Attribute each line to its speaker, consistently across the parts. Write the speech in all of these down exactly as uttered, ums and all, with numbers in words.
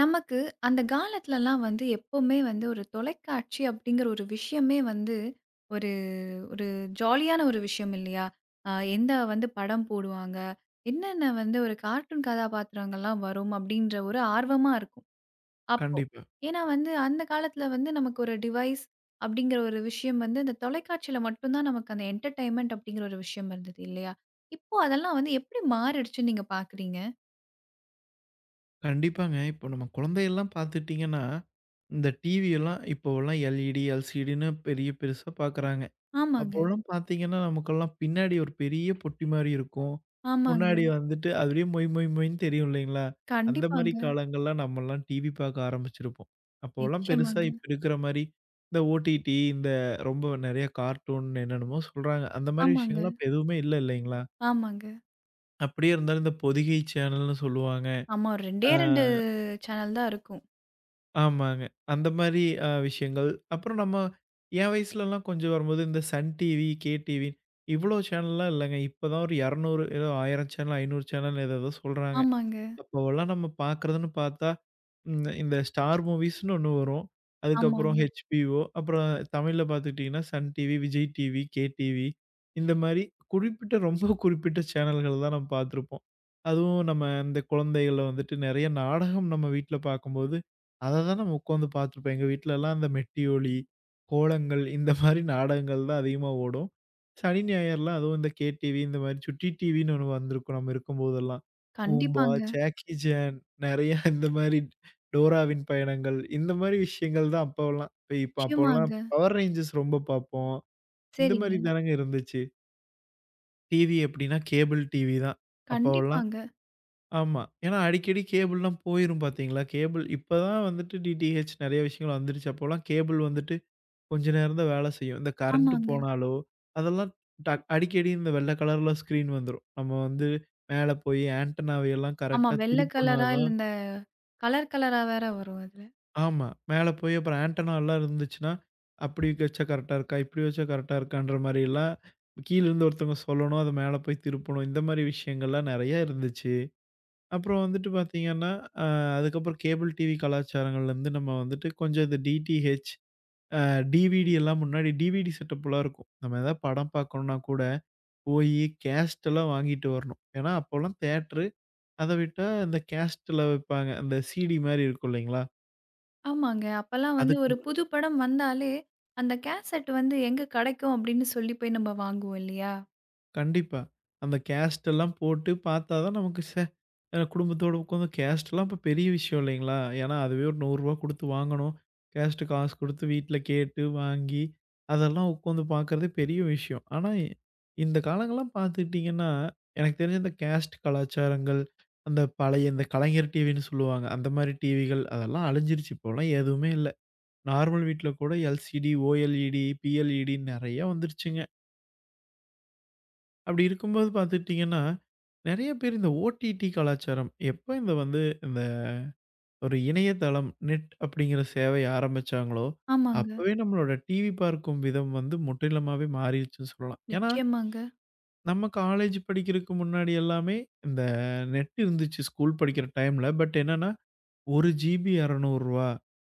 Speaker 1: நமக்கு அந்த காலத்துலலாம் வந்து எப்பவுமே வந்து ஒரு தொலைக்காட்சி அப்படிங்கிற ஒரு விஷயமே வந்து ஒரு ஒரு ஜாலியான ஒரு விஷயம் இல்லையா? அ எந்த வந்து படம் போடுவாங்க, என்னென்ன வந்து ஒரு கார்ட்டூன் கதாபாத்திரங்கள்லாம் வரும் அப்படின்ற ஒரு ஆர்வமா இருக்கும், அப்போ.
Speaker 2: கண்டிப்பா.
Speaker 1: ஏன்னா வந்து அந்த காலத்துல வந்து நமக்கு ஒரு டிவைஸ் அப்படிங்கிற ஒரு விஷயம் வந்து அந்த தொலைக்காட்சியில மட்டும் தான் நமக்கு அந்த என்டர்டெயின்மென்ட் அப்படிங்கிற ஒரு விஷயம் இருந்தது இல்லையா? இப்போ அதெல்லாம் வந்து எப்படி மாறிடுச்சுன்னு நீங்க பார்க்குறீங்க?
Speaker 2: கண்டிப்பாங்க. இப்போ நம்ம குழந்தையெல்லாம் பார்த்துட்டீங்கன்னா, இந்த டிவி எல்லாம் இப்போலாம் எல்இடி, எல்சிடின்னு பெரிய பெருசா பார்க்குறாங்க.
Speaker 1: ஆமாங்க,
Speaker 2: அப்போலாம் பார்த்தீங்கன்னா, நமக்கெல்லாம் பின்னாடி ஒரு பெரிய பொட்டி மாரி இருக்கும்.
Speaker 1: ஆமாங்க.
Speaker 2: முன்னாடி வந்துட்டு அதுலயே மொய் மொய் மொய்ன்னு தெரியும் இல்லைங்களா? அந்த மாரி
Speaker 1: கண்டிப்பாங்க.
Speaker 2: காலங்கள்லாம் நம்மலாம் டிவி பார்க்க ஆரம்பிச்சிருப்போம். அப்போலாம் பெருசா
Speaker 1: நிச்சயமாங்க.
Speaker 2: இப்ப இருக்கிற மாரி இந்த ஓடிடி, இந்த ரொம்ப நெறைய கார்ட்டூன் என்னென்னமோ சொல்றாங்க. அந்த மாரி
Speaker 1: ஆமாங்க,
Speaker 2: விஷயங்கள்லாம் இப்ப எதுவுமே இல்ல இல்லைங்களா?
Speaker 1: ஆமாங்க.
Speaker 2: அப்படியே இருந்தாலும் இந்த பொதிகை சேனல்னு சொல்லுவாங்க.
Speaker 1: ஆமா. 2டே
Speaker 2: ஆ.
Speaker 1: ரெண்டு சேனல் தான் இருக்கும்.
Speaker 2: ஆமாங்க. அந்த மாரி அ விஷயங்கள். அப்புறம் நம்ம என் வயசுலலாம் கொஞ்சம் வரும்போது இந்த சன் டிவி, கே டிவி இவ்ளோ சேனல்லாம் இல்லங்க. இப்ப தான் ஒரு இருநூறு ஏதோ ஆயிரம் சேனல், ஐநூறு சேனல் ஏதேதோ சொல்றாங்க.
Speaker 1: ஆமாங்க,
Speaker 2: அப்போவெல்லாம் நம்ம பார்க்குறதுன்னு பார்த்தா, இந்த இந்த ஸ்டார் மூவிஸ்ன்னு ஒண்ணு வரும். அதுக்கப்புறம்
Speaker 1: ஆமாங்க.
Speaker 2: ஹெச்பிஓ, அப்புறம் தமிழ்ல பார்த்துக்கிட்டீங்கன்னா, Sun TV, Vijay TV, K TV இந்த மாரி குறிப்பிட்ட ரொம்ப குறிப்பிட்ட சேனல்கள் தான் நம்ம பார்த்துருப்போம். அதுவும் நம்ம இந்த குழந்தைகள வந்துட்டு நெறைய நாடகம் நம்ம வீட்ல பார்க்கும்போது, அத தான் நம்ம உட்காந்து பார்த்துருப்போம். எங்க வீட்லலாம் அந்த மெட்டிஒலி, கோலங்கள் இந்த மாரி நாடகங்கள் தான் அதிகமா ஓடும். சனி, ஞாயிறுலாம் அதுவும் இந்த கே டிவி இந்த மாரி சுட்டி டிவின்னு ஒண்ணு வந்திருக்கும் நம்ம இருக்கும்போதெல்லாம். பூம்பா,
Speaker 1: கண்டிப்பாங்க.
Speaker 2: ஜாக்கி சான் நெறைய இந்த மாரி டோராவின் பயணங்கள், இந்த மாரி விஷயங்கள் தான் அப்போலாம். இப்ப இப்ப அப்போலாம்
Speaker 1: நிச்சயமாங்க.
Speaker 2: பவர் ரேஞ்சர்ஸ் ரொம்ப பார்ப்போம். இந்த
Speaker 1: சரிங்க.
Speaker 2: மாரி தானங்க இருந்துச்சு. டிவி எப்படின்னா கேபிள் டிவி தான். அப்போலாம்
Speaker 1: கண்டிப்பாங்க.
Speaker 2: ஆமா. ஏன்னா அடிக்கடி கேபிள்லாம் போயிரும் பார்த்தீங்களா? கேபிள் இப்ப தான் வந்துட்டு டிடிஹெச் நெறைய விஷயங்கள் வந்துருச்சு. அப்போலாம் கேபிள் வந்துட்டு கொஞ்ச நேரம் தான் வேலை செய்யும். இந்த கரண்ட்
Speaker 1: ஆமாங்க.
Speaker 2: போனாலோ, அதெல்லாம் டக் அடிக்கடி இந்த வெள்ள கலர்ல ஸ்க்ரீன் வந்துரும். நம்ம வந்து மேல போய் ஆண்டனாவையெல்லாம்
Speaker 1: ஆமா.
Speaker 2: கரெக்ட்டா
Speaker 1: வெள்ள
Speaker 2: திருப்புனா
Speaker 1: கலரா இல்ல
Speaker 2: தான்
Speaker 1: இந்த கலர் கலரா வேற வரும் அதுல.
Speaker 2: ஆமா. மேல போய் அப்புறம் ஆண்டனாலாம் இருந்துச்சுன்னா, அப்படி வச்சா கரெக்ட்டா இருக்கா? இப்படி வச்சா கரெக்ட்டா இருக்கான்ற மாரிலாம் கீழருந்து ஒருத்தவங்க சொல்லணும். அத மேல போய் திருப்பணும். இந்த மாரி விஷயங்கள்லாம் நெறையா இருந்துச்சு. அப்புறம் வந்துட்டு பார்த்தீங்கன்னா, அ அதுக்கப்புறம் கேபிள் டிவி கலாச்சாரங்கள்லருந்து நம்ம வந்துட்டு கொஞ்சம் இந்த டிடிஹெச், அ டிவிடி எல்லாம் முன்னாடி டிவிடி செட்டப்லாம் இருக்கும். நம்ம ஏதாவது படம் பார்க்கணும்னா கூட போயி கேஸ்ட்டெல்லாம் வாங்கிட்டு வரணும். ஏன்னா, அப்போலாம் தியேட்டரு, அத விட்டா இந்த கேஸ்ட்ல வைப்பாங்க. அந்த சிடி மாரி இருக்கும் இல்லைங்களா?
Speaker 1: ஆமாங்க. அப்பலாம் வந்து
Speaker 2: அதுக்கு
Speaker 1: ஒரு புது படம் வந்தாலே, அந்த கேசெட் வந்து எங்க கெடைக்கும் அப்படின்னு சொல்லி போய் நம்ம வாங்குவோம் இல்லையா?
Speaker 2: கண்டிப்பா. அந்த கேஸ்ட் எல்லாம் போட்டு பார்த்தா தான் நமக்கு ச்சே! அ குடும்பத்தோட உட்காந்து கேஸ்ட்லாம் இப்ப பெரிய விஷயம் இல்லைங்களா? ஏன்னா அதுவே ஒரு ரூ. ரூபாய் நூறு குடுத்து வாங்கணும். கேஸ்ட் காசு குடுத்து வீட்ல கேட்டு வாங்கி, அதெல்லாம் உட்காந்து பார்க்கறதே பெரிய விஷயம். ஆனா, இ இந்த காலங்கள்லாம் பார்த்துக்கிட்டீங்கன்னா, எனக்கு தெரிஞ்சு இந்த கேஸ்ட் கலாச்சாரங்கள், அந்த பழைய இந்த கலைஞர் டிவின்னு சொல்லுவாங்க. அந்த மாரி டிவிகள் அதெல்லாம் அழிஞ்சிருச்சு. இப்போலாம் எதுவுமே இல்ல. நார்மல் வீட்ல கூட எல்சிடி, ஓஎல்இடி, பிஎல்இடின்னு நெறைய வந்துருச்சுங்க. அப்படி இருக்கும்போது பார்த்துக்கிட்டிங்கன்னா, நெறைய பேர் இந்த ஓடிடி கலாச்சாரம் எப்ப இந்த வந்து இந்த ஒரு இணையதளம், நெட் அப்படிங்கிற சேவை ஆரம்பிச்சாங்களோ,
Speaker 1: ஆமாங்க.
Speaker 2: அப்பவே நம்மளோட டிவி பார்க்கும் விதம் வந்து முற்றிலுமாவே மாறிருச்சுன்னு சொல்லலாம். ஏன்னா,
Speaker 1: நிச்சயமாங்க.
Speaker 2: நம்ம காலேஜ் படிக்கிறதுக்கு முன்னாடி எல்லாமே இந்த நெட் இருந்துச்சு ஸ்கூல் படிக்கிற டைம்ல. பட் என்னன்னா, ஒரு ஜிபி ரூ. இருநூறு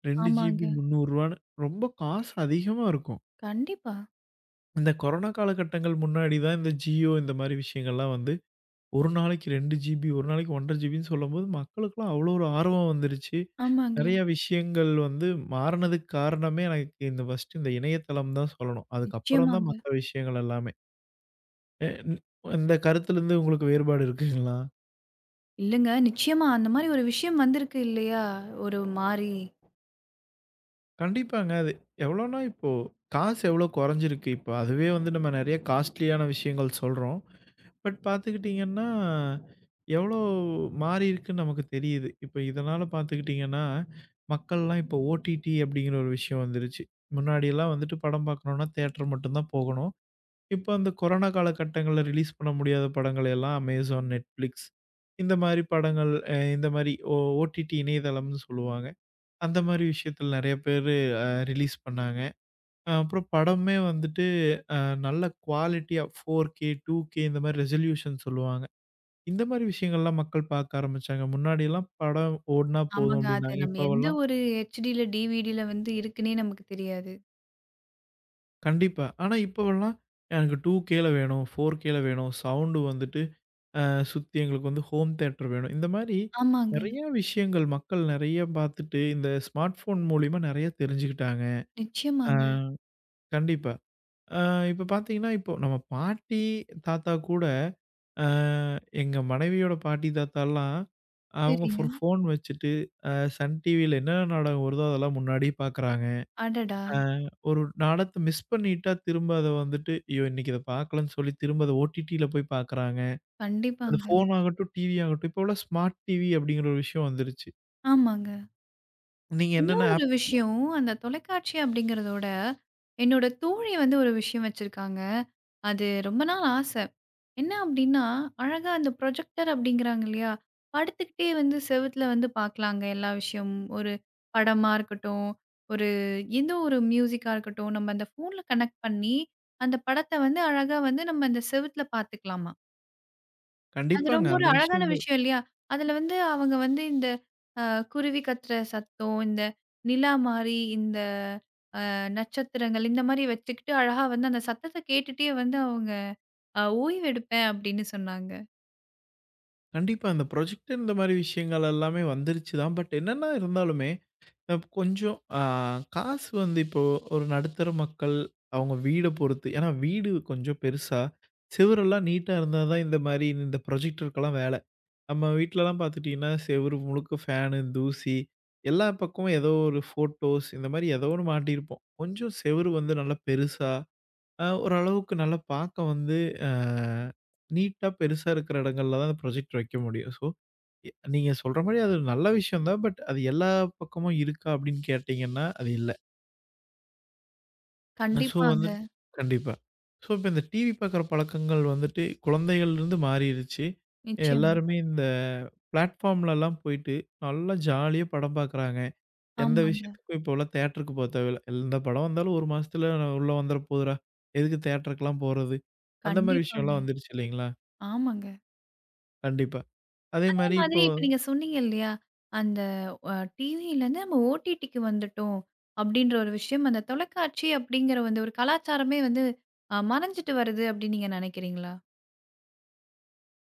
Speaker 2: ரெண்டு ஜிபி
Speaker 1: ஆமாங்க.
Speaker 2: ரூ. முந்நூறு ரொம்ப காசு அதிகமா இருக்கும்.
Speaker 1: கண்டிப்பா.
Speaker 2: இந்த கொரோனா காலகட்டங்கள் முன்னாடி தான் இந்த ஜியோ இந்த மாரி விஷயங்கள்லாம் வந்து ஒரு நாளைக்கு ரெண்டு ஜிபி, ஒரு நாளைக்கு ஒன்றரை 1/2 ஜிபின்னு சொல்லும்போது, மக்களுக்கெல்லாம் அவ்வளோ ஒரு ஆர்வம் வந்துருச்சு.
Speaker 1: ஆமாங்க.
Speaker 2: நெறைய விஷயங்கள் வந்து மாறுனதுக்கு காரணமே எனக்கு இந்த ஃபர்ஸ்ட்டு இந்த இணையதளம் தான் சொல்லணும். அதுக்கப்புறம் தான்
Speaker 1: நிச்சயமாங்க.
Speaker 2: மத்த விஷயங்கள் எல்லாமே. எ ன் இந்த கருத்துலருந்து உங்களுக்கு வேறுபாடு இருக்குங்களா?
Speaker 1: இல்லங்க. நிச்சயமா அந்த மாரி ஒரு விஷயம் வந்திருக்கு இல்லையா? ஒரு மாரி.
Speaker 2: கண்டிப்பாங்க. அது எவ்வளோனா இப்போ காசு எவ்வளோ கொறைஞ்சிருக்கு. இப்போ அதுவே வந்து நம்ம நெறைய காஸ்ட்லியான விஷயங்கள் சொல்றோம். பட் பார்த்துக்கிட்டீங்கன்னா, எவ்வளோ மாறியிருக்குன்னு நமக்கு தெரியுது. இப்ப இதனால பார்த்துக்கிட்டீங்கன்னா, மக்கள்லாம் இப்போ ஓடிடி அப்படிங்கிற ஒரு விஷயம் வந்துருச்சு. முன்னாடிலாம் வந்துட்டு படம் பார்க்கணும்னா தியேட்டர் மட்டும் தான் போகணும். இப்போ அந்த கொரோனா காலகட்டங்கள்ல ரிலீஸ் பண்ண முடியாத படங்கள எல்லாம் Amazon, Netflix இந்த மாரி படங்கள் அ இந்த மாரி ஓ ஓடிடி இணையதளம்னு சொல்லுவாங்க. அந்த மாரி விஷயத்துல நெறைய பேரு அ ரிலீஸ் பண்ணாங்க. அ அப்புறம் படமே வந்துட்டு அ நல்ல குவாலிட்டியா ஃபோர் கே, டூ கே இந்த மாரி ரெசல்யூஷன் சொல்லுவாங்க. இந்த மாரி விஷயங்கள்லாம் மக்கள் பார்க்க ஆரம்பிச்சாங்க. முன்னாடிலாம் படம் ஓடுனா போதும்
Speaker 1: ஆமாங்க. அது
Speaker 2: அப்டின்னாங்க.
Speaker 1: நம்ம எந்த
Speaker 2: இப்பவெல்லாம்
Speaker 1: ஒரு ஹெச்டில, டிவிடில வந்து இருக்குன்னே நமக்கு தெரியாது.
Speaker 2: கண்டிப்பா. ஆனா இப்பவெல்லாம் எனக்கு 2கேல வேணும், 4கேல வேணும், சவுண்டு வந்துட்டு அ சுத்தி எங்களுக்கு வந்து ஹோம் தியேட்டர் வேணும். இந்த மாரி
Speaker 1: ஆமாங்க.
Speaker 2: நெறைய விஷயங்கள் மக்கள் நெறைய பார்த்துட்டு, இந்த ஸ்மார்ட் ஃபோன் மூலியமா நெறைய தெரிஞ்சுக்கிட்டாங்க. ஆ
Speaker 1: நிச்சயமாங்க.
Speaker 2: கண்டிப்பா. அ இப்ப பார்த்தீங்கன்னா, இப்போ நம்ம பாட்டி, தாத்தா கூட அ எங்க மனைவியோட பாட்டி, தாத்தாலாம் அவங்க
Speaker 1: சரிங்க.
Speaker 2: ஒரு ஃபோன் வச்சுட்டு, அ சன் டிவில என்னென்ன நாடகம் வருதோ அதெல்லாம் முன்னாடியே பார்க்குறாங்க.
Speaker 1: அடடா!
Speaker 2: அ ஒரு நாடகத்த மிஸ் பண்ணிட்டா திரும்ப அத வந்துட்டு, "ஐயோ! இன்னைக்கு இத பார்க்கலன்னு" சொல்லி திரும்ப அத ஓடிடில போய் பார்க்குறாங்க. அது
Speaker 1: கண்டிப்பாங்க.
Speaker 2: ஃபோன் ஆகட்டும், டிவி ஆகட்டும், இப்போ உள்ள ஸ்மார்ட் டிவி அப்படிங்கிற ஒரு விஷயம் வந்துருச்சு.
Speaker 1: ஆமாங்க.
Speaker 2: நீங்க என்னென்ன
Speaker 1: இன்னொரு
Speaker 2: ஆப்
Speaker 1: ஒரு விஷயம், அந்த தொலைக்காட்சி அப்படிங்கிறதோட, என்னோட தோழி வந்து ஒரு விஷயம் வச்சிருக்காங்க. அது ரொம்ப நாள் ஆசை. என்ன அப்படின்னா, அழகா அந்த ப்ரொஜெக்டர் அப்படிங்கிறாங்க இல்லையா? படுத்துக்கிட்டே வந்து செவுத்துல வந்து பார்க்கலாங்க எல்லா விஷயமும். ஒரு படமா இருக்கட்டும், ஒரு எந்த ஒரு மியூசிக்கா இருக்கட்டும், நம்ம அந்த ஃபோன்ல கனெக்ட் பண்ணி, அந்த படத்த வந்து அழகா வந்து நம்ம அந்த செவுத்துல பார்த்துக்கலாமா? அது
Speaker 2: கண்டிப்பாங்க.
Speaker 1: ரொம்ப ஒரு
Speaker 2: அந்த
Speaker 1: அழகான
Speaker 2: விஷயங்கள்
Speaker 1: விஷயம் இல்லையா? அதுல வந்து அவங்க வந்து இந்த அ குருவி கத்துற சத்தம், இந்த நிலா மாரி, இந்த அ நட்சத்திரங்கள் இந்த மாரி வச்சுக்கிட்டு அழகா வந்து அந்த சத்தத்த கேட்டுட்டே வந்து அவங்க அ ஓய்வு எடுப்பேன் அப்படின்னு சொன்னாங்க.
Speaker 2: கண்டிப்பா. அந்த ப்ரொஜெக்டர் இந்த மாரி விஷயங்கள் எல்லாமே வந்துருச்சு தான். பட் என்னன்னா இருந்தாலுமே அப் கொஞ்சம் ஆ காசு வந்து இப்போ ஒரு நடுத்தர மக்கள், அவங்க வீட பொறுத்து. ஏன்னா வீடு கொஞ்சம் பெருசா, செவுரெல்லாம் நீட்டா இருந்தா தான் இந்த மாரி இந்த ப்ரொஜெக்டருக்கெல்லாம் வேல. நம்ம வீட்லலாம் பார்த்துட்டீங்கன்னா, செவுரு முழுக்க ஃபேனு, தூசி எல்லா பக்கமும் ஏதோ ஒரு ஃபோட்டோஸ் இந்த மாரி ஏதோ ஒண்ணு மாட்டியிருப்போம். கொஞ்சம் செவுரு வந்து நல்லா பெருசா, அ ஓரளவுக்கு நல்லா பார்க்க வந்து அ நீட்டா பெருசா இருக்கிற இடங்கள்ல தான் அந்த ப்ரொஜெக்டர் வைக்க முடியும். ஸோ எ நீங்க சொல்ற மாரி அது ஒரு நல்ல விஷயம் தான். பட் அது எல்லா பக்கமும் இருக்கா அப்படின்னு கேட்டீங்கன்னா, அது இல்ல. ஸோ
Speaker 1: கண்டிப்பாங்க.
Speaker 2: வந்து கண்டிப்பா. ஸோ இப்ப இந்த டிவி பார்க்குற பழக்கங்கள் வந்துட்டு குழந்தைகள்லருந்து மாறிருச்சு.
Speaker 1: நிச்சயமா.
Speaker 2: எல்லாருமே இந்த பிளாட்ஃபார்ம்லலாம் போயிட்டு நல்லா ஜாலியா படம் பார்க்குறாங்க. எந்த
Speaker 1: ஆமாங்க.
Speaker 2: விஷயத்துக்கும் இப்போலாம் தியேட்டருக்கு போ தேவையில்ல. எந்த படம் வந்தாலும் ஒரு மாசத்துல நான் உள்ள வந்துற போதுடா. எதுக்கு தியேட்டருக்குலாம் போறது? அந்த மாரி
Speaker 1: கண்டிப்பாங்க.
Speaker 2: விஷயம்லாம் வந்துருச்சு இல்லைங்களா?
Speaker 1: ஆமாங்க.
Speaker 2: கண்டிப்பா. அதே
Speaker 1: அதே
Speaker 2: மாரி
Speaker 1: மாதிரி
Speaker 2: இப்போ
Speaker 1: இப்ப நீங்க சொன்னீங்க இல்லையா? அந்த அ டிவிலருந்து நம்ம ஓடிடிக்கு வந்துட்டோம் அப்படின்ற ஒரு விஷயம், அந்த தொலைக்காட்சி அப்படிங்கிற வந்து ஒரு கலாச்சாரமே வந்து அ மறைஞ்சுட்டு வருது அப்படின்னு நீங்க நினைக்கிறீங்களா?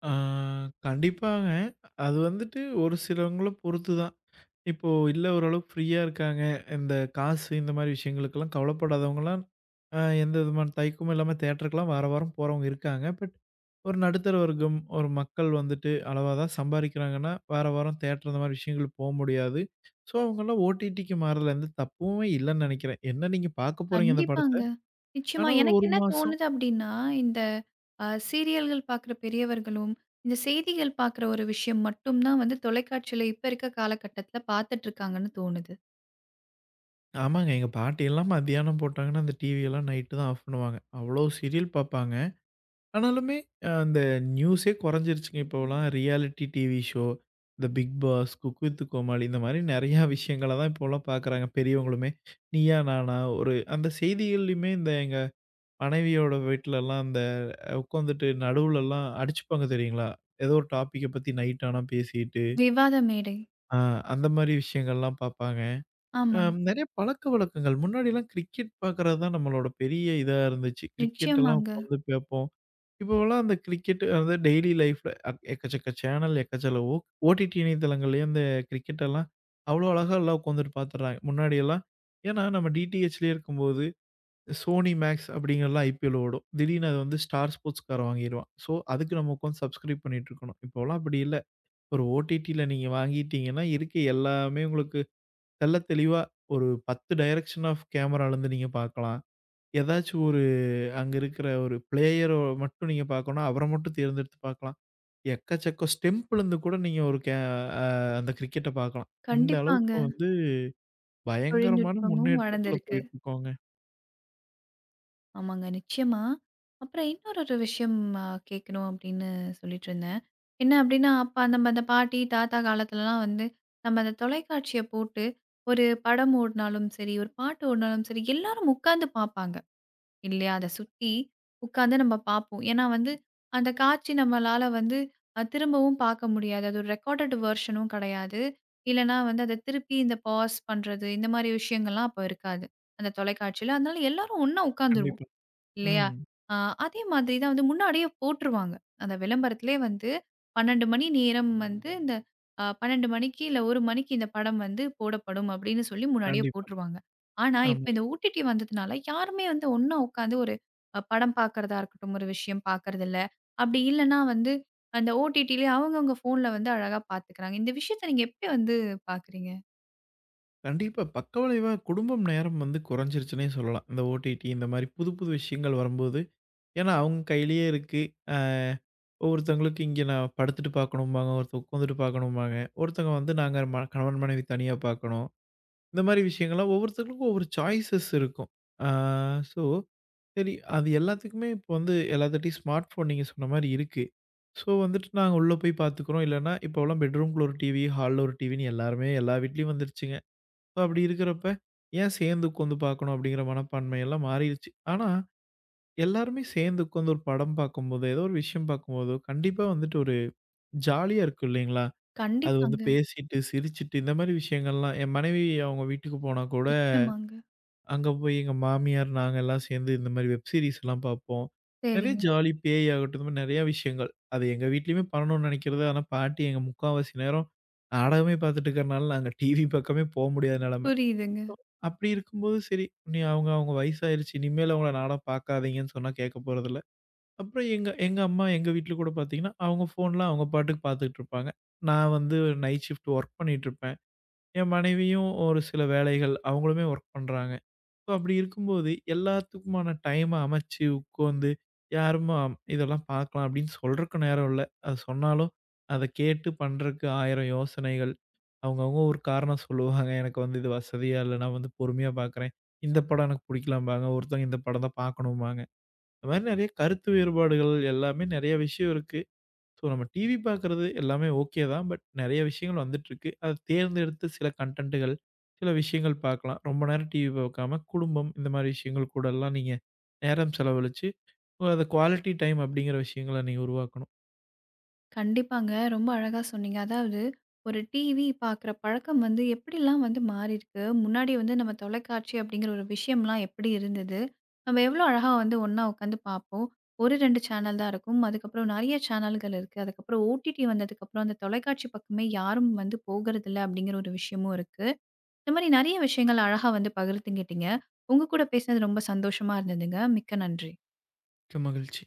Speaker 2: ஆ, கண்டிப்பாங்க. அது வந்துட்டு ஒரு சிலவங்கள பொறுத்து தான். இப்போ இல்ல ஓரளவுக்கு ஃப்ரீயா இருக்காங்க. இந்த காசு இந்த மாரி விஷயங்களுக்கெல்லாம் கவலைப்படாதவங்கலாம், அ எந்த விதமான தயக்கமும் இல்லாம தியேட்டருக்குலாம் வார வாரம் போறவங்க இருக்காங்க. பட் ஒரு நடுத்தர வர்க்கம், ஒரு மக்கள் வந்துட்டு அளவா தான் சம்பாரிக்கிறாங்கன்னா, வார வாரம் தியேட்டர் அந்த மாரி விஷயங்களுக்கு போ முடியாது. ஸோ அவங்கலாம் ஓடிடிக்கு மாறுதுல எந்த தப்புமே இல்லன்னு நெனைக்கிறேன். என்ன நீங்க பார்க்க போறீங்க அந்த படத்த?
Speaker 1: கண்டிப்பாங்க. நிச்சயமா.
Speaker 2: ஆனா ஒரு
Speaker 1: எனக்கு
Speaker 2: 1
Speaker 1: என்ன
Speaker 2: மாசம்
Speaker 1: தோணுது அப்டின்னா, இந்த அ சீரியல்கள் பார்க்குற பெரியவர்களும், இந்த செய்திகள் பார்க்குற ஒரு விஷயம் மட்டும் தான் வந்து தொலைக்காட்சியில இப்ப இருக்க காலகட்டத்தில பார்த்துட்டுருக்காங்கன்னு தோணுது.
Speaker 2: ஆமாங்க. எங்க பாட்டியெல்லாம் மத்தியானம் போட்டாங்கன்னா, அந்த டிவியெல்லாம் நைட்டு தான் ஆஃப் பண்ணுவாங்க. அவ்ளோ சீரியல் பாப்பாங்க. ஆனாலுமே அ அந்த நியூஸே குறைஞ்சிருச்சுங்க. இப்போலாம் ரியாலிட்டி டிவி ஷோ, இந்த Bigg Boss, cook with Comali இந்த மாரி நெறையா விஷயங்கள தான் இப்போலாம் பாக்குறாங்க பெரியவங்களுமே. நீயா நானா ஒரு அந்த செய்திகள்லயுமே இந்த எங்க மனைவியோட வீட்லலாம் அந்த உட்காந்துட்டு நடுவுலலாம் அடிச்சுப்பாங்க தெரியுங்களா? ஏதோ ஒரு டாப்பிக்க பத்தி நைட் ஆனா பேசிட்டு,
Speaker 1: விவாத மேடை.
Speaker 2: அ அந்த மாரி விஷயங்கள்லாம் பாப்பாங்க. அம்
Speaker 1: ஆமாங்க.
Speaker 2: நெறைய பழக்கவழக்கங்கள். முன்னாடிலாம் கிரிக்கெட் பார்க்குறது தான் நம்மளோட பெரிய இதா இருந்துச்சு. கிரிக்கெட்டெல்லாம்
Speaker 1: நிச்சயமாங்க.
Speaker 2: உட்காந்து பார்ப்போம். இப்போவெல்லாம் அந்த கிரிக்கெட் அதாவது டெய்லி லைஃப்ல அக் எக்கச்சக்க சேனல், எக்கச்சக்க ஓ ஓடிடி இணையதளங்கள்லயே அந்த கிரிக்கெட்டெல்லாம் அவ்ளோ அழகா எல்லாம் உட்காந்துட்டு பார்த்துடுறாங்க. முன்னாடியெல்லாம் ஏன்னா நம்ம டிடிஹெச்லயே இருக்கும்போது, சோனி மேக்ஸ் அப்படிங்கிறலாம் ஐபிஎல் ஓடும். திடீர்னு அது வந்து ஸ்டார் ஸ்போர்ட்ஸ்காரன் வாங்கிருவான். ஸோ, அதுக்கு நம்ம உட்காந்து சப்ஸ்கிரைப் பண்ணிட்டு இருக்கணும். இப்போலாம் அப்படி இல்ல. ஒரு ஓடிடில நீங்க வாங்கிட்டீங்கன்னா இருக்க எல்லாமே உங்களுக்கு தெள்ள தெளிவா ஒரு பத்து டைரக்ஷன் ஆஃப் கேமராலருந்து நீங்க பார்க்கலாம். ஏதாச்சும் ஒரு அங்க இருக்கிற ஒரு பிளேயர மட்டும் நீங்க பார்க்கணும்னா, அவர மட்டும் தேர்ந்தெடுத்து பார்க்கலாம். எக்கச்சக்க ஸ்டெம்ப்லருந்து கூட நீங்க ஒரு கே அ அந்த கிரிக்கெட்ட பார்க்கலாம். இந்த
Speaker 1: கண்டிப்பாங்க.
Speaker 2: அளவுக்கு வந்து பயங்கரமான
Speaker 1: தொழில்நுட்பமும்
Speaker 2: முன்னேற்றத்துல
Speaker 1: வளர்ந்திருக்கு.
Speaker 2: போயிட்டுருக்கோங்க.
Speaker 1: ஆமாங்க. நிச்சயமா. அப்புறம் இன்னொரு ஒரு விஷயம் அ கேட்கணும் அப்படின்னு சொல்லிட்டு இருந்தேன். என்ன அப்படின்னா, அப்ப நம்ம அந்த பாட்டி, தாத்தா காலத்துலலாம் வந்து நம்ம அந்த தொலைக்காட்சிய போட்டு ஒரு படம் ஓடுனாலும் சரி, ஒரு பாட்டு ஓடுனாலும் சரி, எல்லாரும் உட்கார்ந்து பார்ப்பாங்க. இல்லையா? அத சுத்தி உட்கார்ந்து நம்ம பார்ப்போம். ஏன்னா வந்து அந்த காட்சி நம்மளால வந்து அ திரும்பவும் பார்க்க முடியாது. அது ஒரு ரெக்கார்டட் வெர்ஷனும் கிடையாது. இல்லன்னா வந்து அத திருப்பி இந்த பாஸ் பண்றது, இந்த மாரி விஷயங்கள்லாம் அப்ப இருக்காது. அந்த தொலைக்காட்சியில. அதனால எல்லாரும் ஒண்ணா உட்காந்துருவோம்.
Speaker 2: கண்டிப்பா.
Speaker 1: இல்லையா?
Speaker 2: ம்.
Speaker 1: ஆ அதே மாதிரி தான் வந்து முன்னாடியே போட்டுருவாங்க. அந்த விளம்பரத்திலே வந்து பன்னிரண்டு மணி நேரம் வந்து இந்த அ பன்னிரண்டு மணிக்கு இல்ல ஒரு மணிக்கு இந்த படம் வந்து போடப்படும் அப்படின்னு சொல்லி முன்னாடியே
Speaker 2: கண்டிப்பா.
Speaker 1: போட்டுருவாங்க. ஆனா, இப்ப
Speaker 2: ஆமா.
Speaker 1: இந்த ஓடிடி வந்ததுனால யாருமே வந்து ஒண்ணா உட்காந்து ஒரு அ படம் பார்க்கறதா இருக்கட்டும், ஒரு விஷயம் பார்க்கறதில்ல. அப்படி இல்லன்னா வந்து அந்த ஓடிடிலே அவங்கவங்க ஃபோன்ல வந்து அழகா பார்த்துக்கிறாங்க. இந்த விஷயத்த நீங்க எப்படி வந்து பார்க்குறீங்க?
Speaker 2: கண்டிப்பா. பக்கவிளைவா குடும்பம் நேரம் வந்து குறைஞ்சிருச்சுன்னே சொல்லலாம். இந்த ஓடிடி இந்த மாரி புது புது விஷயங்கள் வரும்போது. ஏன்னா அவங்க கையிலேயே இருக்கு. அ ஒவ்வொருத்தவங்களுக்கு இங்கே நான் படுத்துட்டு பார்க்கணும்பாங்க, ஒருத்தர் உட்காந்துட்டு பார்க்கணும்பாங்க, ஒருத்தவங்க வந்து நாங்க ம கணவன், மனைவி தனியா பார்க்கணும். இந்த மாரி விஷயங்கள்லாம் ஒவ்வொருத்தங்களுக்கும் ஒவ்வொரு சாய்ஸஸ் இருக்கும். ஆ ஸோ, சரி அது எல்லாத்துக்குமே இப்போ வந்து எல்லாத்துட்டயும் ஸ்மார்ட் ஃபோன் நீங்க சொன்ன மாரி இருக்கு. ஸோ வந்துட்டு நாங்க உள்ள போய் பார்த்துக்குறோம். இல்லன்னா இப்போலாம் பெட்ரூம்குள்ள ஒரு டிவி, ஹால்ல ஒரு டிவின்னு எல்லாருமே எல்லா வீட்லயும் வந்துருச்சுங்க. ஸோ அப்படி இருக்கிறப்ப, ஏன் சேர்ந்து உட்காந்து பார்க்கணும் அப்படிங்கிற மனப்பான்மை எல்லாம் மாறிருச்சு. ஆனா, எல்லாருமே சேர்ந்து உட்காந்து ஒரு படம் பார்க்கும்போதோ, ஏதோ ஒரு விஷயம் பார்க்கும்போதோ, கண்டிப்பா வந்துட்டு ஒரு ஜாலியா இருக்கும் இல்லைங்களா? அது வந்து
Speaker 1: கண்டிப்பாங்க.
Speaker 2: பேசிட்டு, சிரிச்சுட்டு இந்த மாரி விஷயங்கள்லாம் என் மனைவி அவங்க வீட்டுக்கு போனா கூட,
Speaker 1: நிச்சயமாங்க.
Speaker 2: அங்க போய் எங்க மாமியார் நாங்க எல்லாம் சேர்ந்து இந்த மாரி வெப் சீரிஸ்லாம் பார்ப்போம். நெறைய
Speaker 1: சரிங்க.
Speaker 2: ஜாலி பேய் ஆகட்டும், இந்த மாரி நெறைய விஷயங்கள். அது எங்க வீட்லயுமே பண்ணணும்னு நெனைக்கிறது. ஆனா பாட்டி எங்க முக்காவாசி நேரம் நாடகமே பார்த்துட்டு இருக்கிறனால, நாங்க டிவி பக்கமே போ முடியாத நெலைமை.
Speaker 1: புரியுதுங்க.
Speaker 2: அப்படி இருக்கும்போது சரி, நீ அவங்க அவங்க வயசாயிருச்சு. இனிமேல் அவங்கள நாடகம் பார்க்காதீங்கன்னு சொன்னா கேட்க போறதில்ல. அப்புறம் எங்க எங்க அம்மா எங்க வீட்ல கூட பார்த்தீங்கன்னா, அவங்க ஃபோன்ல அவங்க பாட்டுக்கு பார்த்துட்டு இருப்பாங்க. நான் வந்து நைட் ஷிஃப்ட் ஒர்க் பண்ணிட்டு இருப்பேன். என் மனைவியும் ஒரு சில வேலைகள் அவங்களுமே ஒர்க் பண்றாங்க. ஸோ அப்படி இருக்கும்போது எல்லாத்துக்குமான டைம அமைச்சு உட்காந்து யாருமா இதெல்லாம் பார்க்கலாம் அப்படின்னு சொல்றக்கு நேரம் இல்ல. அது சொன்னாலும் அத கேட்டு பண்றக்கு ஆயிரம் யோசனைகள். அவங்கவங்க ஒரு காரணம் சொல்லுவாங்க. எனக்கு வந்து இது வசதியா இல்ல. நான் வந்து பொறுமையா பார்க்குறேன். இந்த படம் எனக்கு பிடிக்கலம்பாங்க. ஒருத்தவங்க இந்த படம் தான் பார்க்கணும்பாங்க. இந்த மாரி நெறைய கருத்து வேறுபாடுகள் எல்லாமே நெறைய விஷயம் இருக்கு. ஸோ நம்ம டிவி பார்க்குறது எல்லாமே ஓகே தான். பட் நெறைய விஷயங்கள் வந்துட்டுருக்கு. அத தேர்ந்தெடுத்து சில கன்டென்ட்டுகள், சில விஷயங்கள் பார்க்கலாம். ரொம்ப நேரம் டிவி பார்க்காம குடும்பம் இந்த மாரி விஷயங்கள் கூடலாம் நீங்க நேரம் செலவழிச்சு, அத குவாலிட்டி டைம் அப்படிங்கிற விஷயங்கள நீங்க உருவாக்கணும்.
Speaker 1: கண்டிப்பாங்க. ரொம்ப அழகா சொன்னீங்க. அதாவது ஒரு டிவி பார்க்குற பழக்கம் வந்து எப்படிலாம் வந்து மாறியிருக்கு? முன்னாடி வந்து நம்ம தொலைக்காட்சி அப்படிங்கிற ஒரு விஷயம்லாம் எப்படி இருந்தது? நம்ம எவ்வளோ அழகா வந்து ஒண்ணா உட்காந்து பார்ப்போம். ஒரு, ரெண்டு சேனல் தான் இருக்கும். அதுக்கப்புறம் நெறைய சேனல்கள் இருக்கு. அதுக்கப்புறம் ஓடிடி வந்ததுக்கப்புறம் அந்த தொலைக்காட்சி பக்கமே யாரும் வந்து போகறதில்ல அப்படிங்கிற ஒரு விஷயமும் இருக்கு. இந்த மாரி நெறைய விஷயங்கள் அழகா வந்து பகிர்ந்துக்கிட்டீங்க. உங்க கூட பேசினது ரொம்ப சந்தோஷமா இருந்ததுங்க. மிக்க நன்றி.
Speaker 2: மிக்க மகிழ்ச்சி.